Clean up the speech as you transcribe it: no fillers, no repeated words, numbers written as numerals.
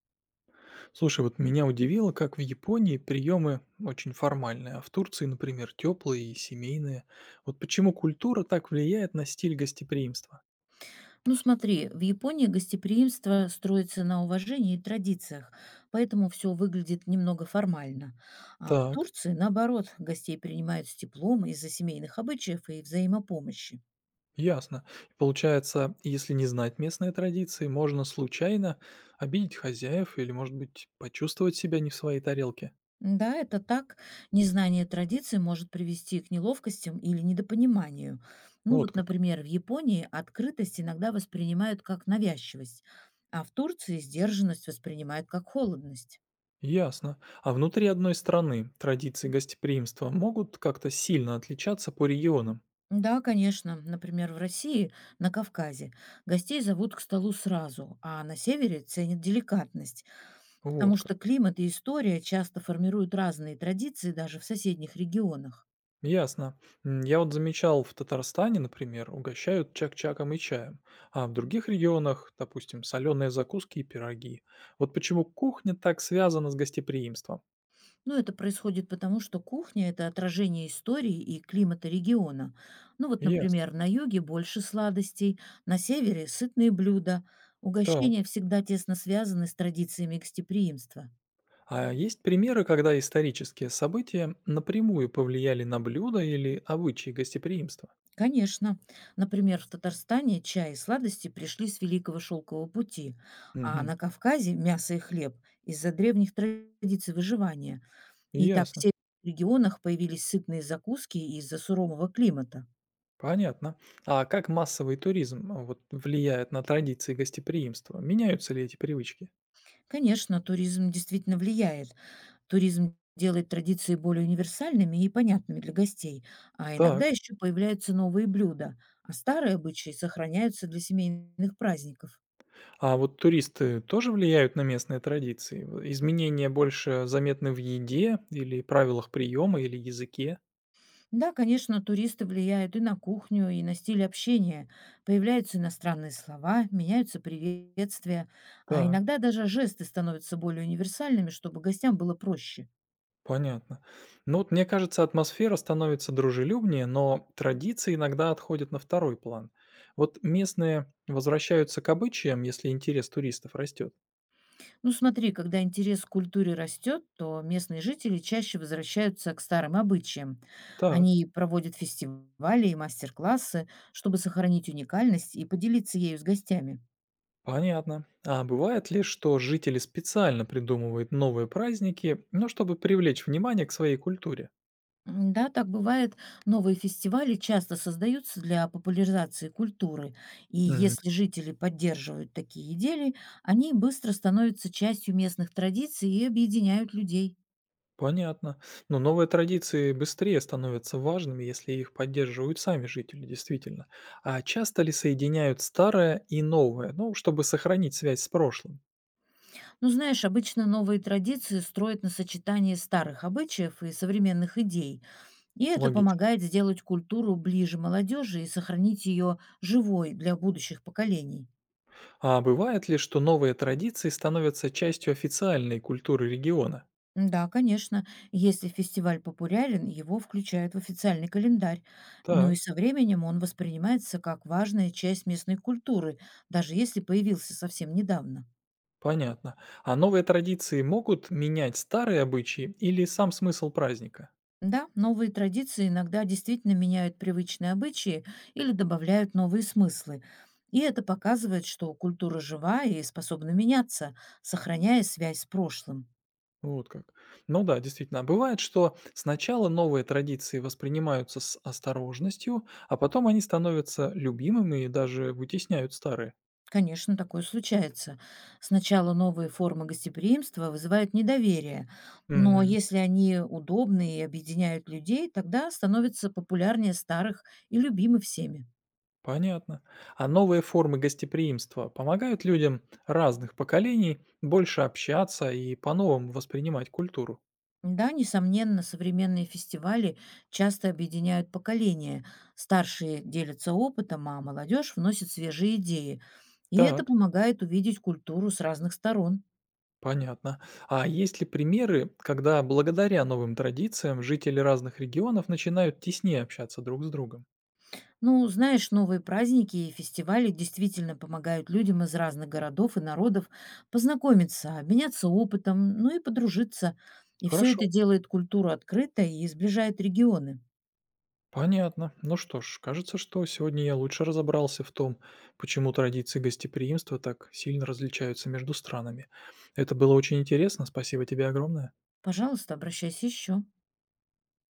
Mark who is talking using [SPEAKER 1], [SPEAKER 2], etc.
[SPEAKER 1] Слушай, вот меня удивило, как в Японии приемы очень формальные, а в Турции, например, теплые и семейные. Вот почему культура так влияет на стиль гостеприимства?
[SPEAKER 2] Ну смотри, в Японии гостеприимство строится на уважении и традициях, поэтому все выглядит немного формально. А в
[SPEAKER 1] Так,
[SPEAKER 2] Турции, наоборот, гостей принимают с теплом из-за семейных обычаев и взаимопомощи.
[SPEAKER 1] ясно. Получается, если не знать местные традиции, можно случайно обидеть хозяев или, может быть, почувствовать себя не в своей тарелке.
[SPEAKER 2] Да, это так. Незнание традиций может привести к неловкостям или недопониманию. Ну
[SPEAKER 1] Вот
[SPEAKER 2] вот,
[SPEAKER 1] как.
[SPEAKER 2] например, в Японии открытость иногда воспринимают как навязчивость, а в Турции сдержанность воспринимают как холодность.
[SPEAKER 1] Ясно. А внутри одной страны традиции гостеприимства могут как-то сильно отличаться по регионам.
[SPEAKER 2] Да, конечно. Например, в России, на Кавказе, гостей зовут к столу сразу, а на севере ценят деликатность, потому
[SPEAKER 1] Вот как.
[SPEAKER 2] что климат и история часто формируют разные традиции даже в соседних регионах.
[SPEAKER 1] Ясно. Я вот замечал, в Татарстане, например, угощают чак-чаком и чаем, а в других регионах, допустим, соленые закуски и пироги. Вот почему кухня так связана с гостеприимством.
[SPEAKER 2] Но это происходит потому, что кухня– это отражение истории и климата региона. Ну вот,
[SPEAKER 1] Ясно.
[SPEAKER 2] например, на юге больше сладостей, на севере– сытные блюда.
[SPEAKER 1] Так.
[SPEAKER 2] Угощения всегда тесно связаны с традициями гостеприимства.
[SPEAKER 1] А есть примеры, когда исторические события напрямую повлияли на блюда или обычаи гостеприимства?
[SPEAKER 2] Конечно. Например, в Татарстане чай и сладости пришли с Великого Шелкового пути, а
[SPEAKER 1] Мгм.
[SPEAKER 2] на Кавказе мясо и хлеб из-за древних традиций выживания. И так в
[SPEAKER 1] Ясно.
[SPEAKER 2] северных регионах появились сытные закуски из-за сурового климата.
[SPEAKER 1] Понятно. А как массовый туризм влияет на традиции гостеприимства? Меняются ли эти привычки?
[SPEAKER 2] Конечно, туризм действительно влияет. Туризм делает традиции более универсальными и понятными для гостей, а
[SPEAKER 1] Так.
[SPEAKER 2] иногда еще появляются новые блюда, а старые обычаи сохраняются для семейных праздников.
[SPEAKER 1] А вот туристы тоже влияют на местные традиции? Изменения больше заметны в еде или правилах приема или языке?
[SPEAKER 2] Да, конечно, туристы влияют и на кухню, и на стиль общения. Появляются иностранные слова, меняются приветствия, а
[SPEAKER 1] Так,
[SPEAKER 2] иногда даже жесты становятся более универсальными, чтобы гостям было проще.
[SPEAKER 1] понятно. Ну вот мне кажется, атмосфера становится дружелюбнее, но традиции иногда отходят на второй план. Вот местные возвращаются к обычаям, если интерес туристов растет.
[SPEAKER 2] Ну смотри, когда интерес к культуре растет, то местные жители чаще возвращаются к старым обычаям.
[SPEAKER 1] Так,
[SPEAKER 2] Они проводят фестивали и мастер-классы, чтобы сохранить уникальность и поделиться ею с гостями.
[SPEAKER 1] понятно. А бывает ли, что жители специально придумывают новые праздники, ну, чтобы привлечь внимание к своей культуре?
[SPEAKER 2] Да, так бывает. Новые фестивали часто создаются для популяризации культуры, и если жители поддерживают такие идеи, они быстро становятся частью местных традиций и объединяют людей.
[SPEAKER 1] Понятно. Но новые традиции быстрее становятся важными, если их поддерживают сами жители, действительно. А часто ли соединяют старое и новое, ну, чтобы сохранить связь с прошлым?
[SPEAKER 2] Ну, знаешь, обычно новые традиции строят на сочетании старых обычаев и современных идей, и это
[SPEAKER 1] Логично.
[SPEAKER 2] помогает сделать культуру ближе молодежи и сохранить ее живой для будущих поколений.
[SPEAKER 1] А бывает ли, что новые традиции становятся частью официальной культуры региона?
[SPEAKER 2] Да, конечно. Если фестиваль популярен, его включают в официальный календарь. Ну и
[SPEAKER 1] Так,
[SPEAKER 2] со временем он воспринимается как важная часть местной культуры, даже если появился совсем недавно.
[SPEAKER 1] понятно. А новые традиции могут менять старые обычаи или сам смысл праздника?
[SPEAKER 2] Да, новые традиции иногда действительно меняют привычные обычаи или добавляют новые смыслы. И это показывает, что культура жива и способна меняться, сохраняя связь с прошлым.
[SPEAKER 1] Вот как. Ну да, действительно. А бывает, что сначала новые традиции воспринимаются с осторожностью, а потом они становятся любимыми и даже вытесняют старые.
[SPEAKER 2] Конечно, такое случается. Сначала новые формы гостеприимства вызывают недоверие, но
[SPEAKER 1] Мгм.
[SPEAKER 2] если они удобны и объединяют людей, тогда становятся популярнее старых и любимы всеми.
[SPEAKER 1] Понятно. А новые формы гостеприимства помогают людям разных поколений больше общаться и по-новому воспринимать культуру.
[SPEAKER 2] Да, несомненно, современные фестивали часто объединяют поколения. Старшие делятся опытом, а молодежь вносит свежие идеи. И это
[SPEAKER 1] Так,
[SPEAKER 2] помогает увидеть культуру с разных сторон.
[SPEAKER 1] понятно. А есть ли примеры, когда благодаря новым традициям жители разных регионов начинают теснее общаться друг с другом?
[SPEAKER 2] Ну, знаешь, новые праздники и фестивали действительно помогают людям из разных городов и народов познакомиться, обменяться опытом, ну и подружиться. И все
[SPEAKER 1] Хорошо.
[SPEAKER 2] это делает культуру открытой и сближает регионы.
[SPEAKER 1] Понятно. Ну что ж, кажется, что сегодня я лучше разобрался в том, почему традиции гостеприимства так сильно различаются между странами. Это было очень интересно. Спасибо тебе огромное.
[SPEAKER 2] Пожалуйста, обращайся еще.